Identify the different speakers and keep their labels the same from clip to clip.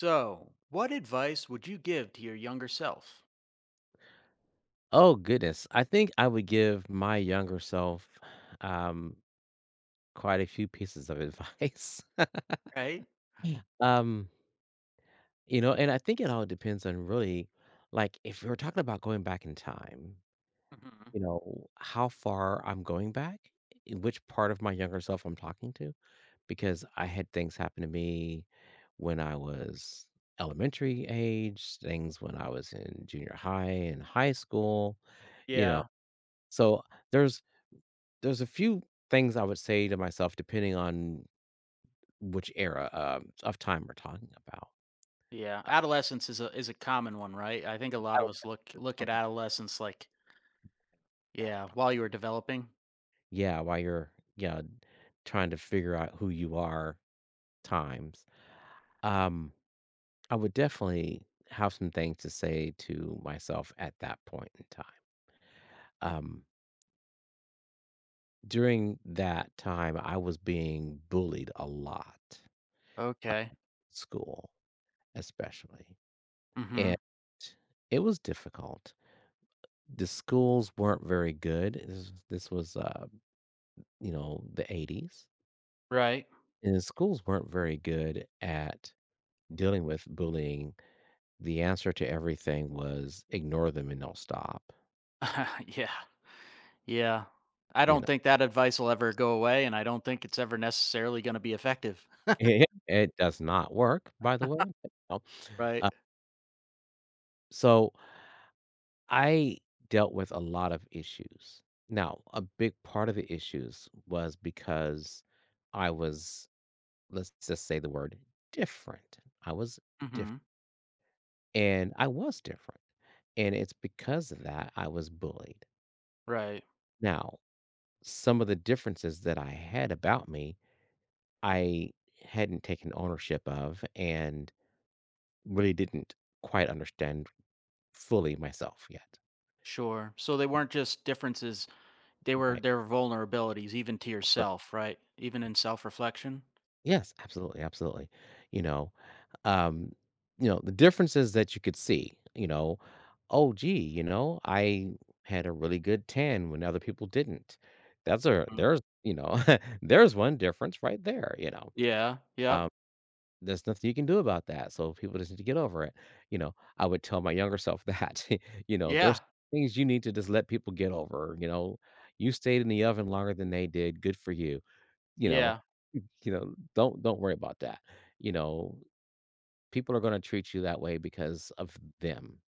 Speaker 1: So, what advice would you give to your younger self?
Speaker 2: Oh goodness. I think I would give my younger self um quite a few pieces of advice.
Speaker 1: Right?
Speaker 2: Yeah. You know, and I think it all depends on really, like if we're talking about going back in time,
Speaker 1: Hmm.
Speaker 2: you know, how far I'm going back, in which part of my younger self I'm talking to, because I had things happen to me when I was elementary age, things when I was in junior high and high school, you know.
Speaker 1: Yeah.
Speaker 2: So there's There's a few things I would say to myself depending on which era, of time we're talking about.
Speaker 1: Yeah. Adolescence is a common one, right? I think a
Speaker 2: I
Speaker 1: lot of
Speaker 2: would
Speaker 1: us look
Speaker 2: have to
Speaker 1: look
Speaker 2: prob
Speaker 1: at adolescence like,
Speaker 2: Yeah,
Speaker 1: yeah, while you were
Speaker 2: probably,
Speaker 1: developing.
Speaker 2: yeah, while you're, yeah, trying to figure out who you are times. Um, I would definitely have some things to say to myself at that point in time. Um, During that time, I was being bullied a lot,
Speaker 1: Okay.
Speaker 2: uh, school especially,
Speaker 1: Mm.
Speaker 2: and
Speaker 1: Mhm.
Speaker 2: it was difficult. The schools weren't very good. This was, you know, the '80s,
Speaker 1: Right?
Speaker 2: and the schools weren't very good at dealing with bullying. The answer to everything was ignore them and they'll stop,
Speaker 1: Yeah. Yeah. I
Speaker 2: you
Speaker 1: don't
Speaker 2: know?
Speaker 1: think that advice will ever go away, and I don't think it's ever necessarily going to be effective,
Speaker 2: It does not work, by the way, but, you know.
Speaker 1: right?
Speaker 2: Uh, so I dealt with a lot of issues. Now, a big part of the issues was because I was, let's just say the word, different. I was
Speaker 1: Mm.
Speaker 2: different.
Speaker 1: Mhm.
Speaker 2: And I was different, and it's because of that I was bullied.
Speaker 1: Right.
Speaker 2: Now, some of the differences that I had about me, I hadn't taken ownership of and really didn't quite understand fully myself yet,
Speaker 1: Sure. So they weren't just differences, they were
Speaker 2: right?
Speaker 1: they were vulnerabilities even to yourself, right? Even in self-reflection.
Speaker 2: Yes, absolutely, absolutely. You know, um, you know, the differences that you could see, you know, oh gee, you know, I had a really good tan when other people didn't. That's a
Speaker 1: Mm.
Speaker 2: there's you know, there's one difference right there, you know.
Speaker 1: Yeah, yep.
Speaker 2: Um, there's nothing you can do about that. So people just need to get over it. You know, I would tell my younger self that, you know, there's
Speaker 1: Yeah,
Speaker 2: things you need to just let people get over, you know. You stayed in the oven longer than they did. Good for you. You know,
Speaker 1: yeah,
Speaker 2: you know, don't worry about that. You know, people are going to treat you that way because of them,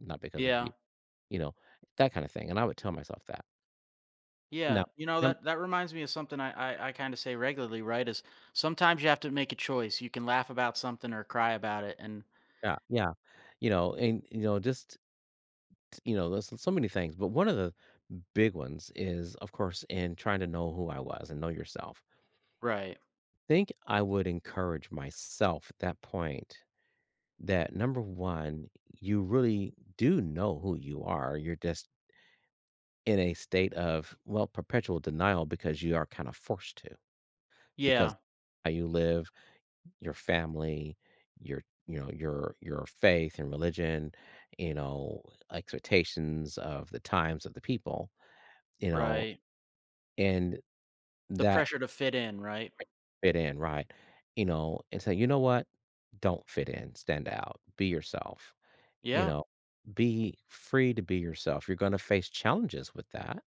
Speaker 2: not because of you.
Speaker 1: yeah,
Speaker 2: You know, that kind of thing. And I would tell myself that. No.
Speaker 1: yeah. You know,
Speaker 2: Yep.
Speaker 1: that that reminds me of something I kinda say regularly, right, is sometimes you have to make a choice. You can laugh about something or cry about it, and
Speaker 2: Yeah, yeah, you know, and you know, just, you know, there's so many things, but one of the big ones is, of course, in trying to know who I was and know yourself.
Speaker 1: right.
Speaker 2: Think I would encourage myself at that point that number one, you really do know who you are. You're just in a state of, well, perpetual denial because you are kind of forced to, because
Speaker 1: Yeah,
Speaker 2: how you live, your family, your, you know, your faith and religion, you know, expectations of the times of the people, you know,
Speaker 1: right.
Speaker 2: and
Speaker 1: The
Speaker 2: that
Speaker 1: pressure to fit in, right?
Speaker 2: fit in, right, you know, and say, you know what, don't fit in, stand out, be yourself. You
Speaker 1: Yeah.
Speaker 2: know, be free to be yourself. You're gonna face challenges with that,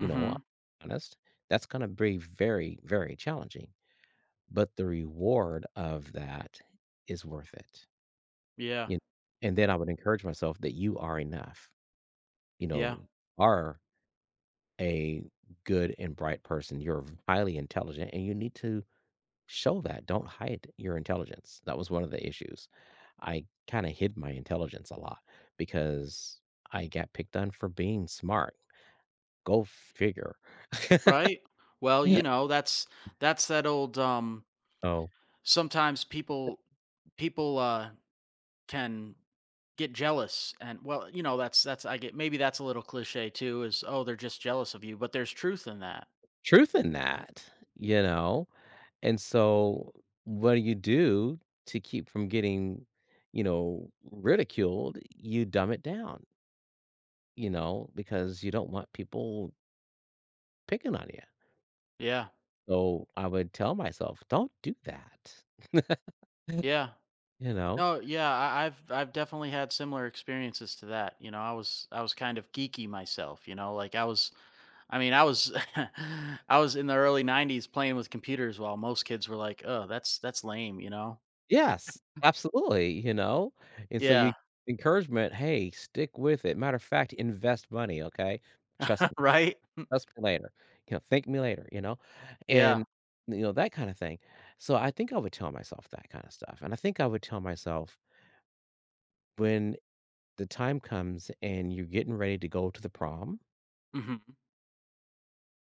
Speaker 2: you know, I'm honest. That's gonna be very, very challenging, but the reward of that is worth it,
Speaker 1: Yeah,
Speaker 2: you kn and then I would encourage myself that you are enough, you
Speaker 1: yeah.
Speaker 2: know, you are a good and bright person. You're highly intelligent, and you need to show that. Don't hide your intelligence. That was one of the issues. I kind of hid my intelligence a lot because I got picked on for being smart. Go figure.
Speaker 1: Right? Well,
Speaker 2: Yeah.
Speaker 1: you know, that's that old,
Speaker 2: So,
Speaker 1: sometimes people people can get jealous, and well, you know, that's I get, maybe that's a little cliche too, is oh, they're just jealous of you, but there's truth in that.
Speaker 2: truth in that, you know? And so, what do you do to keep from getting, you know, ridiculed? You dumb it down, you know, because you don't want people picking on you.
Speaker 1: Yeah,
Speaker 2: So, I would tell myself, don't do that,
Speaker 1: yeah.
Speaker 2: you know?
Speaker 1: No, yeah. I've definitely had similar experiences to that. You know, I was kind of geeky myself, you know, like I was I was in the early 90s playing with computers while most kids were like, oh, that's lame, you know.
Speaker 2: Yes, absolutely, you know? And so you
Speaker 1: Yeah.
Speaker 2: encouragement, "Hey, stick with it." Matter of fact, invest money, okay? Trust me,
Speaker 1: Right.
Speaker 2: trust me later. You know, thank me later, you know?
Speaker 1: Yeah.
Speaker 2: And, you know, that kinda thing. So I think I would tell myself that kinda stuff, and I think I would tell myself, "When the time comes and you're getting ready to go to the prom,
Speaker 1: Hmm.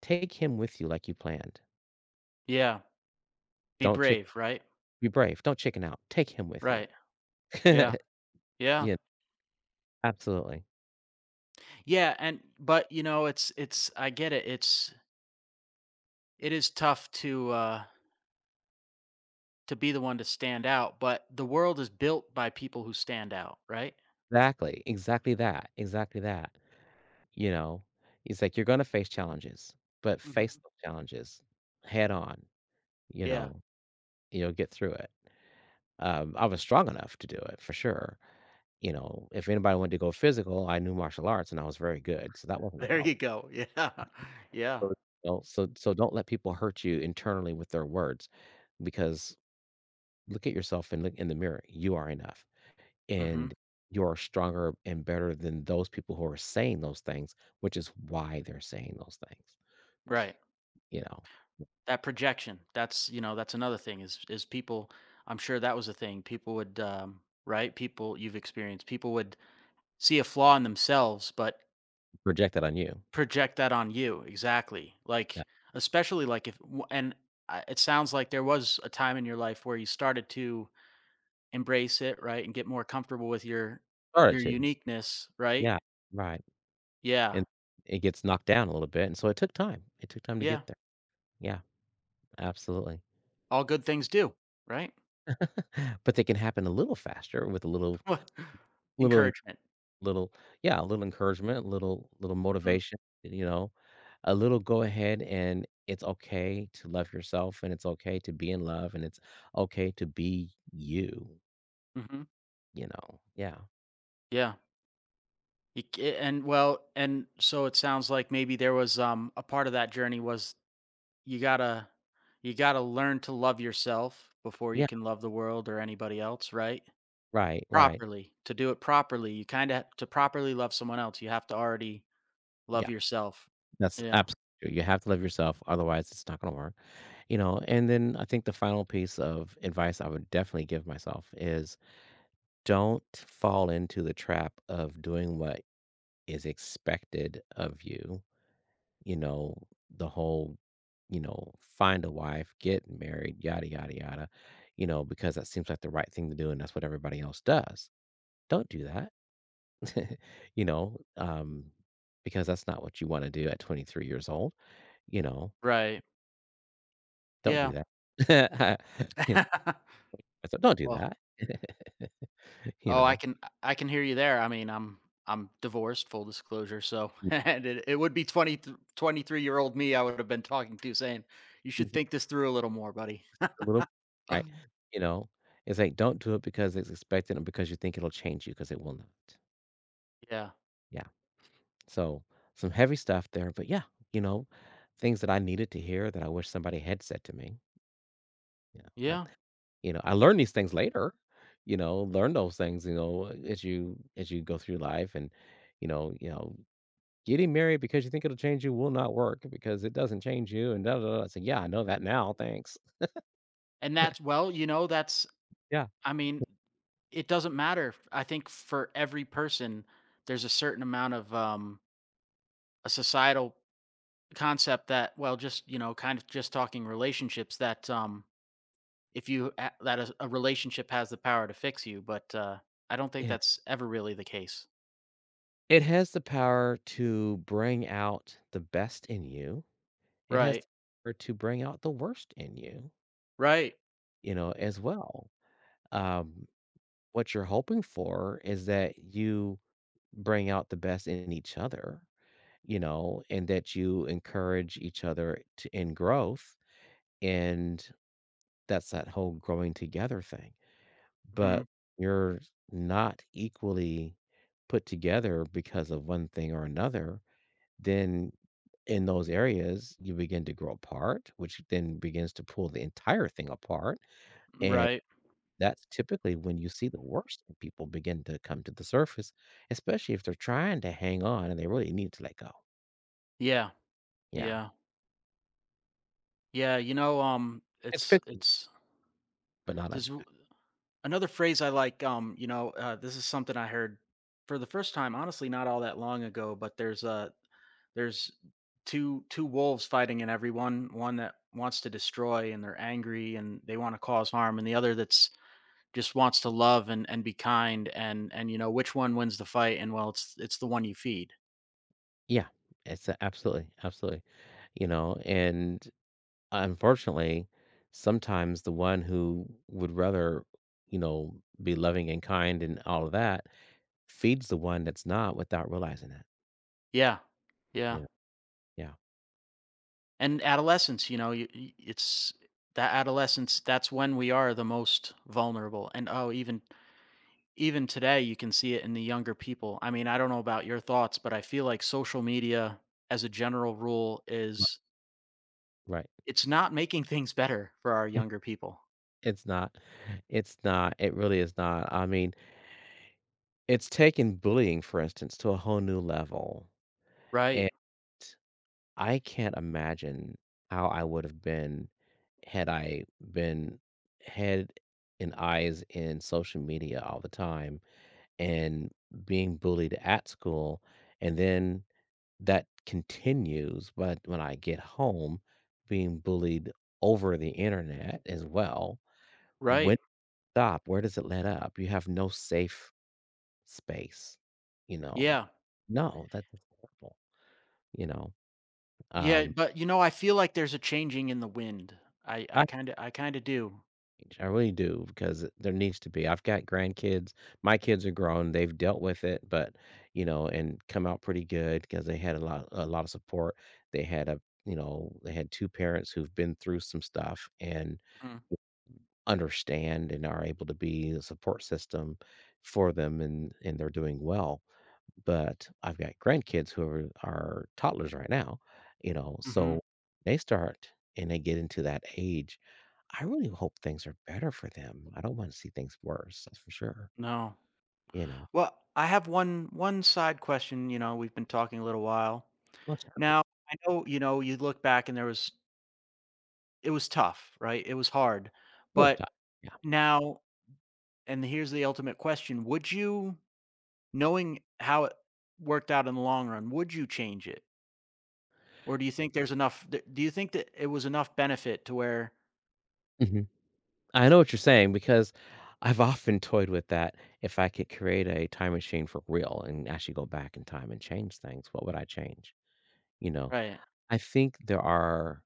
Speaker 2: take him with you like you planned.
Speaker 1: Yeah, be
Speaker 2: Don't chick
Speaker 1: brave, right.
Speaker 2: Be brave, don't chicken out, take him with you."
Speaker 1: Right. Yeah. Yeah.
Speaker 2: Yeah, absolutely.
Speaker 1: Yeah, and but you know, it's I get it. It's it is tough to be the one to stand out, but the world is built by people who stand out, right?
Speaker 2: Exactly, exactly that, exactly that. You know? It's like, you're gonna face challenges, but
Speaker 1: Mhm.
Speaker 2: face those challenges head on, you
Speaker 1: Yeah.
Speaker 2: know? You'll get through it. I was strong enough to do it for sure. You know, if anybody wanted to go physical, I knew martial arts and I was very good, so that wasn't a
Speaker 1: There
Speaker 2: problem.
Speaker 1: you go. Yeah. Yeah.
Speaker 2: So, you know, so so don't let people hurt you internally with their words because look at yourself and look in the mirror. You are enough, and
Speaker 1: Mhm.
Speaker 2: you're stronger and better than those people who are saying those things, which is why they're saying those things.
Speaker 1: Right.
Speaker 2: You know?
Speaker 1: That projection. That's, you know, that's another thing is people I'm sure that was a thing. People would right? People you've experienced. People would see a flaw in themselves, but
Speaker 2: Project that on you.
Speaker 1: project that on you, exactly,
Speaker 2: Yeah.
Speaker 1: like especially like if it sounds like there was a time in your life where you started to embrace it, right, and get more comfortable with
Speaker 2: Started
Speaker 1: your
Speaker 2: to.
Speaker 1: uniqueness, right.
Speaker 2: Yeah, right,
Speaker 1: Yeah.
Speaker 2: and it gets knocked down a little bit, and so it took time. It took time to
Speaker 1: Yeah,
Speaker 2: get there. Yeah, absolutely.
Speaker 1: all good things do, right.
Speaker 2: But they can happen a little faster with a little
Speaker 1: Well,
Speaker 2: little en
Speaker 1: encouragement.
Speaker 2: little yeah, a little encouragement, a little little
Speaker 1: Hmm.
Speaker 2: motivation, you know? A little go ahead, and it's okay to love yourself, and it's okay to be in love, and it's okay to be you,
Speaker 1: Hmm.
Speaker 2: you know? Yeah.
Speaker 1: Yeah. And well, and so it sounds like maybe there was a part of that journey was you gotta you gotta learn to love yourself before you
Speaker 2: Yeah,
Speaker 1: can love the world or anybody else, right.
Speaker 2: right, right.
Speaker 1: Properly. To do it properly, you kinda to properly love someone else, you have to already love
Speaker 2: Yeah,
Speaker 1: yourself.
Speaker 2: that's
Speaker 1: Yeah.
Speaker 2: absolutely true. You have to love yourself, otherwise it's not gonna work. You know, and then I think the final piece of advice I would definitely give myself is don't fall into the trap of doing what is expected of you. You know, the whole, you know, find a wife, get married, yada, yada, yada, you know, because that seems like the right thing to do and that's what everybody else does. Don't do that, you know, because that's not what you want to do at 23 years old. You know,
Speaker 1: Right.
Speaker 2: don't do
Speaker 1: Yeah.
Speaker 2: that. So don't do
Speaker 1: Well,
Speaker 2: that. You
Speaker 1: oh,
Speaker 2: know?
Speaker 1: I can hear you there. I mean, I'm divorced, full disclosure, so and it would be twenty twenty three th 23-year-old me I would have been talking to, saying, "You should
Speaker 2: Mhm.
Speaker 1: think this through a little more, buddy."
Speaker 2: A little right. You know? It's like, don't do it because it's expected and because you think it'll change you because it will not.
Speaker 1: Yeah.
Speaker 2: Yeah. So, some heavy stuff there, but yeah, you know, things that I needed to hear that I wish somebody had said to me, you know, at,
Speaker 1: Yeah.
Speaker 2: you know, I learned these things later, you know, learn those things, you know, as you go through life and, you know, you know, getting married because you think it'll change you will not work because it doesn't change you and da da da. I said, "Yeah, I know that now, thanks."
Speaker 1: And that's well, you know, that's
Speaker 2: Yeah.
Speaker 1: I mean, it doesn't matter. I think for every person, there's a certain amount of, a societal concept that well, just, you know, kind of just talking relationships, that if you a- that a relationship has the power to fix you, but I don't think
Speaker 2: It
Speaker 1: that's ever really the case.
Speaker 2: it has the power to bring out the best in you. It has
Speaker 1: Right.
Speaker 2: the power to bring out the worst in you,
Speaker 1: Right.
Speaker 2: you know, as well. Um, what you're hoping for is that you bring out the best in each other, you know, and that you encourage each other to, in growth. And that's that whole growing together thing.
Speaker 1: Hmm.
Speaker 2: But you're not equally put together because of one thing or another, then in those areas, you begin to grow apart, which then begins to pull the entire thing apart. And
Speaker 1: Right.
Speaker 2: that's typically when you see the worst in people begin to come to the surface, especially if they're trying to hang on and they really need to let go.
Speaker 1: Yeah.
Speaker 2: Yeah.
Speaker 1: Yeah. Yeah, you know,
Speaker 2: It's
Speaker 1: it's
Speaker 2: fixable, but not a,
Speaker 1: there's w- another phrase I like, you know, this is something I heard for the first time, honestly, not all that long ago, but there's a there's two wolves fighting in everyone, one that wants to destroy and they're angry and they want to cause harm, and the other that's just wants to love and be kind, and you know which one wins the fight, and well, it's the one you feed.
Speaker 2: yeah. Absolutely, absolutely, you know, and unfortunately, sometimes the one who would rather, you know, be loving and kind and all of that feeds the one that's not without realizing it.
Speaker 1: Yeah. Yeah.
Speaker 2: Yeah, yeah.
Speaker 1: And adolescence, you know, it's that adolescence that's when we are the most vulnerable. And oh, even even today you can see it in the younger people. I mean, I don't know about your thoughts, but I feel like social media as a general rule
Speaker 2: R
Speaker 1: is
Speaker 2: Right.
Speaker 1: it's not making things better for our younger people.
Speaker 2: It's not. It's not. It really is not. I mean, it's taken bullying, for instance, to a whole new level,
Speaker 1: Right,
Speaker 2: and I can't imagine how I would have been had I been head and eyes in social media all the time and being bullied at school, and then that continues, but when I get home, being bullied over the internet as well, when
Speaker 1: right.
Speaker 2: stop? Where does it let up? You have no safe space, you know? And
Speaker 1: Yeah.
Speaker 2: no, that's horrible, you know?
Speaker 1: Yeah,
Speaker 2: Um,
Speaker 1: but, you know, I feel like there's a changing in the wind. I
Speaker 2: I
Speaker 1: I kinda I kinda do.
Speaker 2: change, I really do because there needs to be. I've got grandkids. My kids are grown. They've dealt with it, but you know, and come out pretty good because they had a lot of support. They had a, you know, they had two parents who've been through some stuff and
Speaker 1: Mhm,
Speaker 2: understand and are able to be a support system for them, and they're doing well. But I've got grandkids who are toddlers right now, you know,
Speaker 1: mhm.
Speaker 2: so they start and they get into that age. I really hope things are better for them. I don't want to see things worse, that's for sure,
Speaker 1: No.
Speaker 2: you know.
Speaker 1: Well, I have one side question. You know, we've been talking a little while.
Speaker 2: Well, sure.
Speaker 1: Now, I know, you look back and there was it was tough, right? It was hard.
Speaker 2: It was tough.
Speaker 1: But
Speaker 2: Yeah.
Speaker 1: now, and here's the ultimate question, would you, knowing how it worked out in the long run, would you change it? Or do you think there's enough d do you think that it was enough benefit to where
Speaker 2: Mhm. I know what you're saying because I've often toyed with that. If I could create a time machine for real and actually go back in time and change things, what would I change? You know,
Speaker 1: right.
Speaker 2: I think there are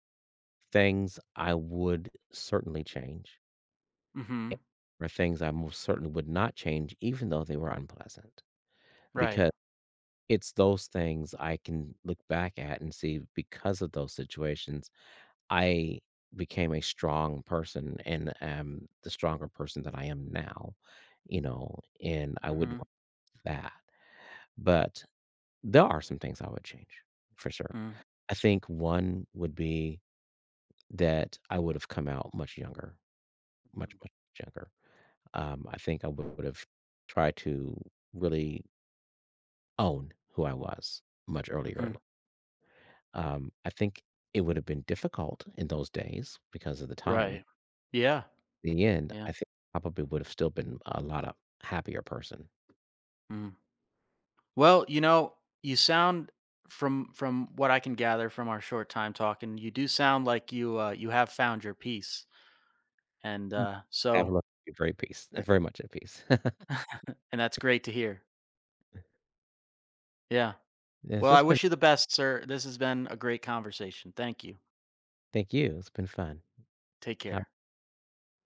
Speaker 2: things I would certainly change
Speaker 1: Mhm.
Speaker 2: or things I most certainly would not change, even though they were unpleasant,
Speaker 1: Right.
Speaker 2: because it's those things I can look back at and see because of those situations, I became a strong person and am the stronger person that I am now, you know, and I would want
Speaker 1: Mhm.
Speaker 2: that. But there are some things I would change for sure.
Speaker 1: Mm.
Speaker 2: I think one would be that I would have come out much younger, much,
Speaker 1: Mhm.
Speaker 2: much younger. I think I would have tried to really own who I was much earlier in life.
Speaker 1: Mhm.
Speaker 2: I think it would have been difficult in those days because of the time.
Speaker 1: Right. Yeah.
Speaker 2: In the end,
Speaker 1: Yeah.
Speaker 2: I think I probably would have still been a lot of happier person.
Speaker 1: Mm. Well, you know, you sound from what I can gather from our short time talking, you do sound like you, you have found your peace, and,
Speaker 2: Have a
Speaker 1: so
Speaker 2: look. You're very peace, very much at peace.
Speaker 1: and that's great to hear. Yeah.
Speaker 2: Yes,
Speaker 1: Well, I
Speaker 2: it's been.
Speaker 1: wish you the best, sir. This has been a great conversation. Thank you.
Speaker 2: Thank you. It's been fun.
Speaker 1: Take
Speaker 2: How.
Speaker 1: care.